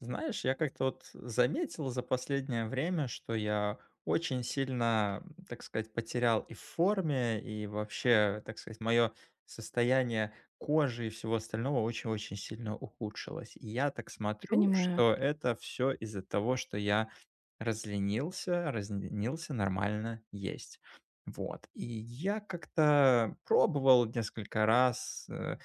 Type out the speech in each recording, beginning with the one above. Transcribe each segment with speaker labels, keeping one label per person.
Speaker 1: Знаешь, я как-то вот заметил за последнее время, что я очень сильно, так сказать, потерял и в форме, и вообще, так сказать, мое состояние кожи и всего остального очень-очень сильно ухудшилось. И я так смотрю,
Speaker 2: Понимаю,
Speaker 1: что это все из-за того, что я разленился нормально есть. Вот. И я как-то пробовал несколько раз,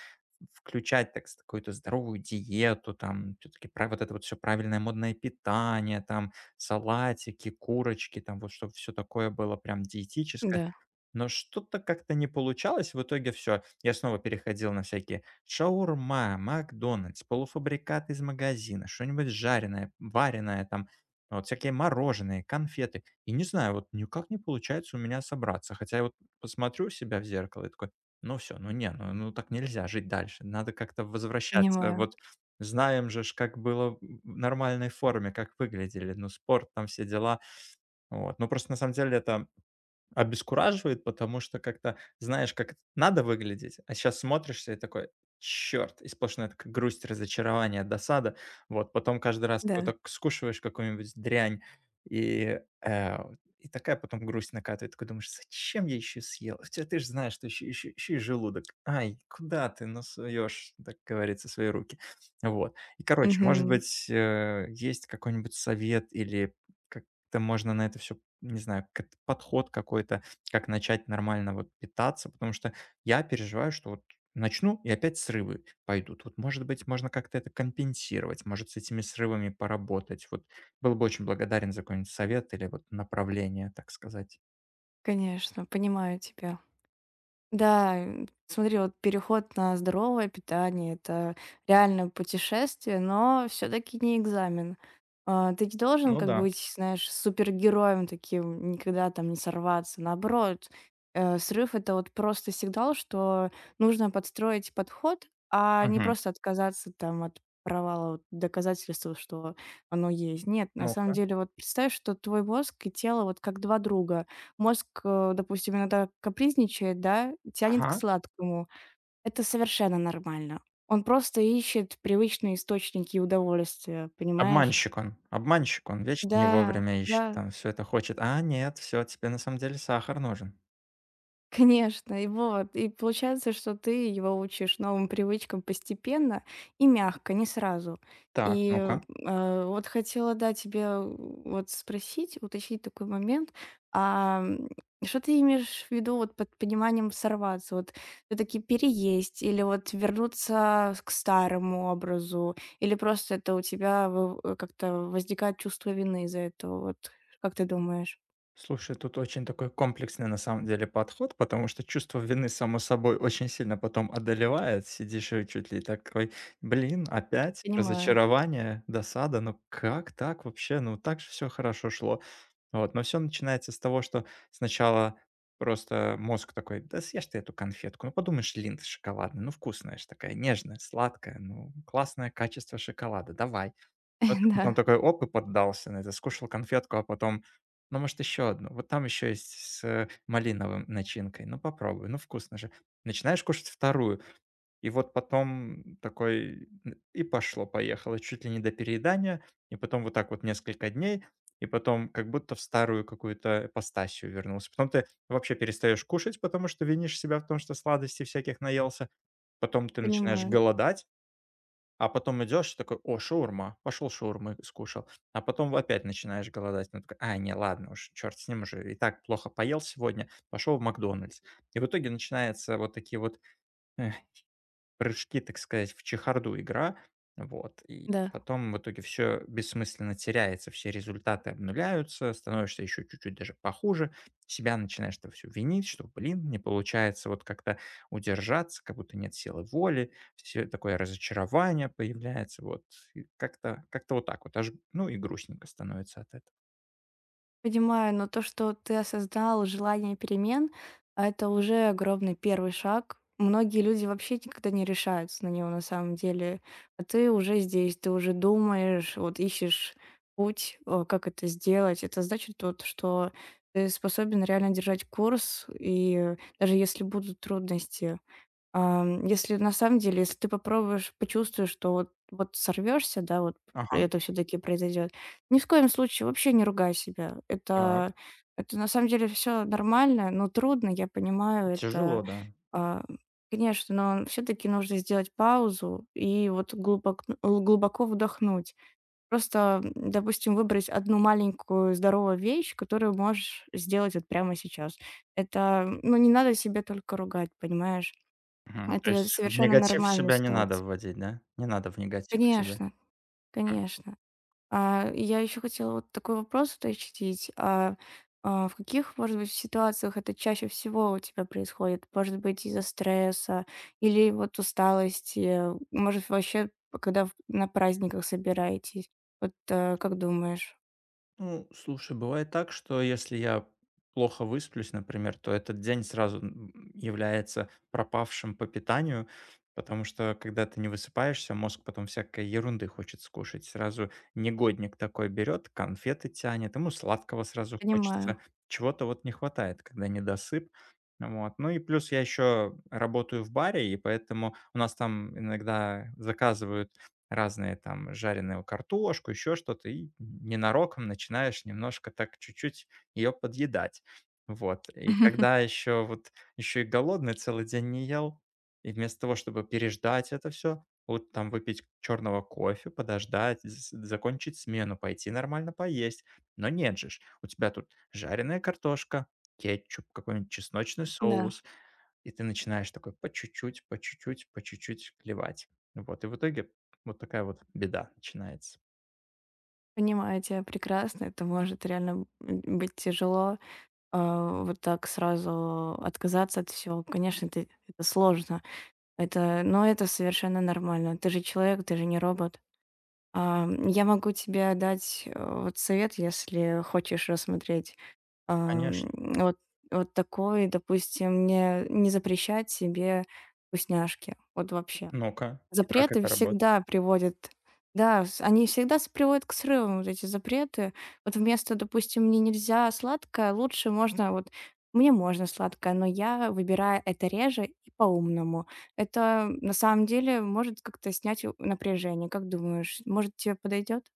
Speaker 1: включать, так, с какую-то здоровую диету, там, все таки прав вот это вот все правильное модное питание, там, салатики, курочки, там, вот чтобы все такое было прям диетическое.
Speaker 2: да,
Speaker 1: Но что-то как-то не получалось. В итоге все, я снова переходил на всякие шаурма, "Макдональдс", полуфабрикаты из магазина, что-нибудь жареное, вареное, там, вот всякие мороженые, конфеты. И не знаю, вот никак не получается у меня собраться. Хотя я вот посмотрю себя в зеркало и такой: ну все, ну не, ну ну так нельзя жить дальше. Надо как-то возвращаться.
Speaker 2: понимаю,
Speaker 1: Вот, знаем же ж, как было в нормальной форме, как выглядели, ну, спорт, там все дела. Вот. Ну, просто на самом деле это обескураживает, потому что как-то знаешь, как это надо выглядеть, а сейчас смотришься и такой: черт. И сплошная такая грусть, разочарование, досада. Вот, потом каждый раз вот
Speaker 2: да.
Speaker 1: так скушиваешь какую-нибудь дрянь, и, э, и такая потом грусть накатывает. Такой думаешь: "Зачем я еще съел?" Хотя ты ж знаешь, что ещё и желудок. "Ай, куда ты ну так говорится, свои руки?" Вот. И, короче, может
Speaker 2: Мгм.
Speaker 1: быть, есть какой-нибудь совет или как как-то можно на это все, не знаю, как это подход какой-то, как начать нормально вот питаться, потому что я переживаю, что вот начну и опять срывы пойдут. Вот, может быть, можно как-то это компенсировать, может, с этими срывами поработать. Вот был бы очень благодарен за какой-нибудь совет или вот направление, так сказать.
Speaker 2: Конечно, понимаю тебя. Да, смотри, вот переход на здоровое питание- это реально путешествие, но все таки не экзамен. А, ты не должен,
Speaker 1: Ну
Speaker 2: как бы,
Speaker 1: да.
Speaker 2: быть, знаешь, супергероем таким, никогда там не сорваться. Наоборот, срыв- это вот просто сигнал, что нужно подстроить подход, а не
Speaker 1: Мгм.
Speaker 2: просто отказаться там от провала, вот доказательства, что оно есть. Нет, на самом
Speaker 1: Ну-ка.
Speaker 2: деле, вот представь, что твой мозг и тело вот как 2 друга. Мозг, допустим, иногда капризничает, да, тянет к
Speaker 1: Ага.
Speaker 2: сладкому. Это совершенно нормально. Он просто ищет привычные источники удовольствия, понимаешь?
Speaker 1: Обманщик он, вечно не
Speaker 2: Да,
Speaker 1: вовремя
Speaker 2: да.
Speaker 1: ищет, там все это хочет. А нет, все тебе на самом деле сахар нужен.
Speaker 2: Конечно, и вот. И получается, что ты его учишь новым привычкам постепенно и мягко, не сразу.
Speaker 1: Так,
Speaker 2: И
Speaker 1: ну-ка.
Speaker 2: вот хотела, да, тебя вот спросить, уточнить такой момент. А, что ты имеешь в виду вот под пониманием сорваться? Вот все-таки переесть или вот вернуться к старому образу? Или просто это у тебя как-то возникает чувство вины из-за этого? Вот как ты думаешь?
Speaker 1: Слушай, тут очень такой комплексный на самом деле подход, потому что чувство вины, само собой, очень сильно потом одолевает. Сидишь и чуть ли такой, блин, опять
Speaker 2: Понимаю.
Speaker 1: разочарование, досада, ну как так вообще? Ну так же все хорошо шло. Вот, но все начинается с того, что сначала просто мозг такой: да съешь ты эту конфетку, ну подумаешь, линд шоколадный, ну вкусная же такая, нежная, сладкая, ну классное качество шоколада, давай. А ты
Speaker 2: Да,
Speaker 1: потом такой оп и поддался на это, скушал конфетку, а потом: "Ну, может, еще одну? Вот там еще есть с, малиновым начинкой. Ну, попробуй, ну, вкусно же". Начинаешь кушать вторую, и вот потом такой н и пошло-поехало, чуть ли не до переедания, и потом вот так вот несколько дней, и потом как будто в старую какую-то эпостасию вернулся. Потом ты вообще перестаешь кушать, потому что винишь себя в том, что сладостей всяких наелся. Потом ты начинаешь
Speaker 2: понимаю.
Speaker 1: голодать, а потом идешь и такой: "О, шаурма". Пошел шаурмы скушал. А потом опять начинаешь голодать. Ну такой: "А, не, ладно уж, черт с ним уже, и так плохо поел сегодня". Пошел в "Макдональдс". И в итоге начинаются вот такие вот, э прыжки, так сказать, в чехарду игра, вот, и
Speaker 2: Да.
Speaker 1: потом в итоге все бессмысленно теряется, все результаты обнуляются, становишься еще чуть-чуть даже похуже, себя начинаешь то все винить, что, блин, не получается вот как-то удержаться, как будто нет силы воли, все такое разочарование появляется, вот, и как-то как вот так вот, аж, ну и грустненько становится от этого.
Speaker 2: Понимаю, но то, что ты осознал желание перемен, а это уже огромный первый шаг. Многие люди вообще никогда не решаются на него на самом деле. А ты уже здесь, ты уже думаешь, вот ищешь путь, как это сделать. Это значит вот, что ты способен реально держать курс, и даже если будут трудности, если на самом деле, если ты попробуешь, почувствуешь, что вот вот сорвешься, да, вот
Speaker 1: Ага,
Speaker 2: это все-таки произойдет, ни в коем случае вообще не ругай себя.
Speaker 1: так,
Speaker 2: Это на самом деле все нормально, но трудно, я понимаю, это,
Speaker 1: тяжело, да.
Speaker 2: а, конечно, но все-таки нужно сделать паузу и вот глубоко вдохнуть. Просто, допустим, выбрать одну маленькую здоровую вещь, которую можешь сделать вот прямо сейчас. Это, ну, не надо себе только ругать, понимаешь?
Speaker 1: Мгм. То
Speaker 2: Это
Speaker 1: есть в
Speaker 2: совершенно
Speaker 1: негатив
Speaker 2: нормальная
Speaker 1: себя не надо
Speaker 2: ситуация.
Speaker 1: вводить, да? Не надо в негатив себя.
Speaker 2: Конечно, конечно. А, я еще хотела вот такой вопрос уточнить. А, в каких, может быть, ситуациях это чаще всего у тебя происходит? Может быть, из-за стресса или вот усталости? Может, вообще, когда на праздниках собираетесь? Вот, как думаешь?
Speaker 1: Ну, слушай, бывает так, что если я плохо высплюсь, например, то этот день сразу является пропавшим по питанию, потому что когда ты не высыпаешься, мозг потом всякой ерунды хочет скушать. Сразу негодник такой берет, конфеты тянет, ему сладкого сразу
Speaker 2: Понимаю.
Speaker 1: хочется. Чего-то вот не хватает, когда недосып. Вот. Ну и плюс я еще работаю в баре, и поэтому у нас там иногда заказывают разные там жареную картошку, еще что-то, и ненароком начинаешь немножко так чуть-чуть ее подъедать. Вот. И когда еще вот еще и голодный целый день не ел, и вместо того, чтобы переждать это все, вот там выпить черного кофе, подождать, з- закончить смену, пойти нормально поесть. Но нет же, ж, у тебя тут жареная картошка, кетчуп, какой-нибудь чесночный
Speaker 2: Да,
Speaker 1: соус, и ты начинаешь такой по чуть-чуть, по чуть-чуть, по чуть-чуть клевать. Вот, и в итоге вот такая вот беда начинается.
Speaker 2: понимаю тебя прекрасно. Это может реально быть тяжело. А, вот так сразу отказаться от всего. Конечно, это сложно. Но это совершенно нормально. Ты же человек, ты же не робот. Я могу тебе дать, вот совет, если хочешь рассмотреть,
Speaker 1: Конечно.
Speaker 2: вот такой, допустим, не запрещать себе вкусняшки. Вот вообще.
Speaker 1: Ну-ка, и как
Speaker 2: Запреты
Speaker 1: это работает?
Speaker 2: всегда приводят, да, с они всегда с приводят к срывам, вот эти запреты. Вот вместо, допустим, "мне нельзя сладкое", лучше можно вот "мне можно сладкое", но я выбираю это реже и по-умному. Это на самом деле может как-то снять у напряжение. Как думаешь, может, тебе подойдет?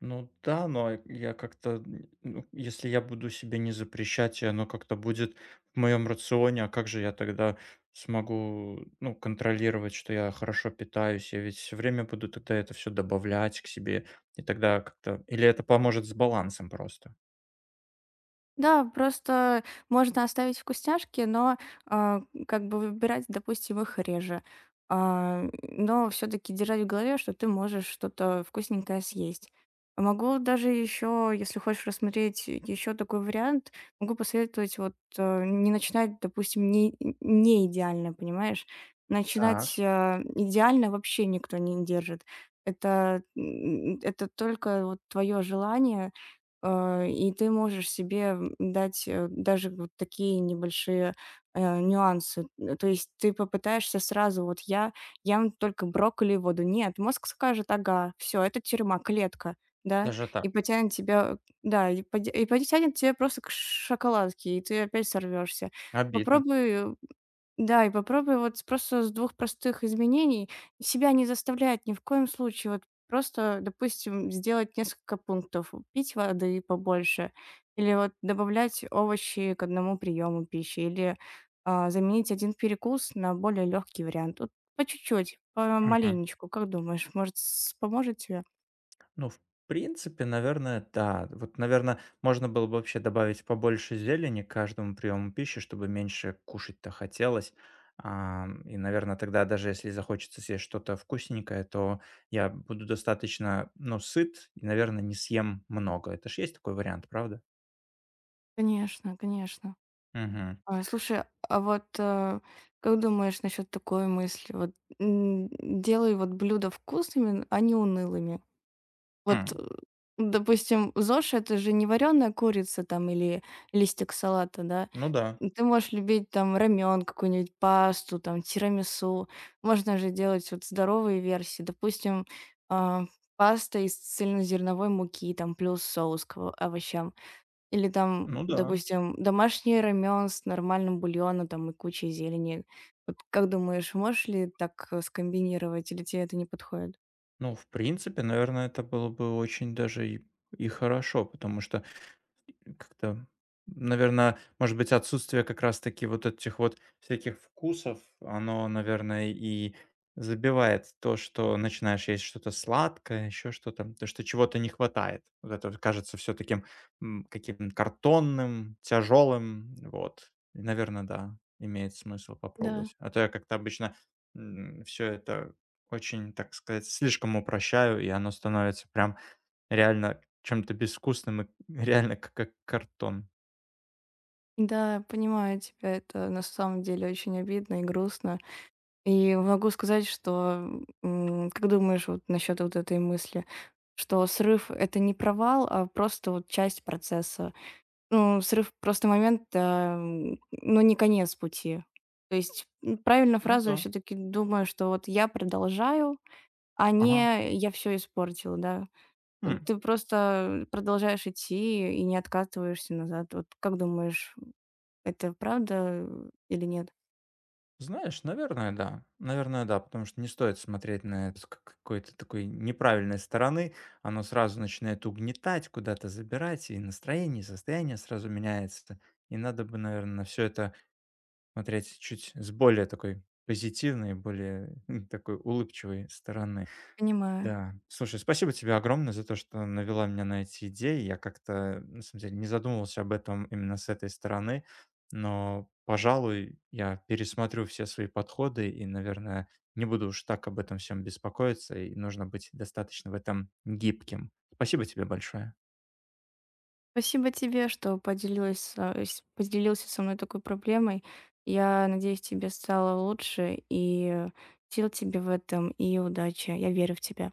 Speaker 1: Ну да, но я как-то, н- ну, если я буду себе не запрещать, и оно как-то будет в моем рационе, а как же я тогда смогу, ну, контролировать, что я хорошо питаюсь? Я ведь все время буду тогда это все добавлять к себе, и тогда как-то... Или это поможет с балансом просто?
Speaker 2: Да, просто можно оставить вкусняшки, но, как бы выбирать, допустим, их реже. А, но все таки держать в голове, что ты можешь что-то вкусненькое съесть. Могу даже еще, если хочешь рассмотреть еще такой вариант, могу посоветовать вот, не начинать, допустим, не идеально, понимаешь?
Speaker 1: Так,
Speaker 2: Начинать, идеально вообще никто не держит. Это, это только вот твое желание. И ты можешь себе дать, даже вот такие небольшие, нюансы. Н то есть ты попытаешься сразу: "Вот я ем только брокколи и воду". Нет, мозг скажет: "Ага, все это тюрьма, клетка". Да?
Speaker 1: даже
Speaker 2: И
Speaker 1: так.
Speaker 2: потянет тебя, да, и потянет тебя просто к шоколадке, и ты опять сорвешься.
Speaker 1: Обидно.
Speaker 2: Попробуй да, и попробуй вот с просто с двух простых изменений. Себя не заставлять ни в коем случае. Вот просто, допустим, сделать несколько пунктов: пить воды побольше или вот добавлять овощи к одному приему пищи, или, заменить один перекус на более легкий вариант. Вот по чуть-чуть, по маленечку. Как думаешь, может, с поможет тебе?
Speaker 1: Ну, в принципе, наверное, да. Вот, наверное, можно было бы вообще добавить побольше зелени к каждому приему пищи, чтобы меньше кушать-то хотелось. И, наверное, тогда даже если захочется съесть что-то вкусненькое, то я буду достаточно, ну, сыт и, наверное, не съем много. Это ж есть такой вариант, правда?
Speaker 2: Конечно, конечно.
Speaker 1: Мгм.
Speaker 2: А, слушай, а вот, как думаешь насчет такой мысли? Вот, делай вот блюда вкусными, а не унылыми. Вот,
Speaker 1: М,
Speaker 2: допустим, ЗОЖ это же не вареная курица там или листик салата, да?
Speaker 1: ну да,
Speaker 2: Ты можешь любить там рамен, какую-нибудь пасту, там тирамису. Можно же делать вот здоровые версии. Допустим, а, паста из цельнозерновой муки, там плюс соус к овощам. Или там,
Speaker 1: ну да.
Speaker 2: допустим, домашний рамен с нормальным бульоном там и кучей зелени. Вот как думаешь, можешь ли так, скомбинировать, или тебе это не подходит?
Speaker 1: Ну, в принципе, наверное, это было бы очень даже и хорошо, потому что как-то, наверное, может быть, отсутствие как раз-таки вот этих вот всяких вкусов, оно, наверное, и забивает то, что начинаешь есть что-то сладкое, еще что-то, то, что чего-то не хватает. Вот это вот кажется все таким каким-то картонным, тяжелым, вот. И, наверное, да, имеет смысл
Speaker 2: Да,
Speaker 1: попробовать. А то я как-то обычно все это очень, так сказать, слишком упрощаю, и оно становится прям реально чем-то безвкусным и реально к как картон.
Speaker 2: да, понимаю тебя. Это на самом деле очень обидно и грустно. И могу сказать, что, как думаешь вот насчёт вот этой мысли, что срыв- это не провал, а просто вот часть процесса? Ну, срыв просто момент, но не конец пути. То есть, правильно
Speaker 1: Ну
Speaker 2: фразу я
Speaker 1: да.
Speaker 2: все таки думаю, что вот я продолжаю, а
Speaker 1: Ага.
Speaker 2: не я все испортила, да. Э,
Speaker 1: Хм,
Speaker 2: ты просто продолжаешь идти и не откатываешься назад. Вот как думаешь, это правда, или нет?
Speaker 1: знаешь, наверное, да. Наверное, да, потому что не стоит смотреть на это с к какой-то такой неправильной стороны. Оно сразу начинает угнетать, куда-то забирать, и настроение, и состояние сразу меняется. И надо бы, наверное, на всё это смотреть чуть с более такой позитивной, более такой улыбчивой стороны.
Speaker 2: Понимаю.
Speaker 1: Да. Слушай, спасибо тебе огромное за то, что навела меня на эти идеи. Я как-то, на самом деле, не задумывался об этом именно с этой стороны, но, пожалуй, я пересмотрю все свои подходы и, наверное, не буду уж так об этом всем беспокоиться, и нужно быть достаточно в этом гибким. Спасибо тебе большое.
Speaker 2: Спасибо тебе, что поделилась со с поделился со мной такой проблемой. Я надеюсь, тебе стало лучше, и сил тебе в этом, и удачи. Я верю в тебя.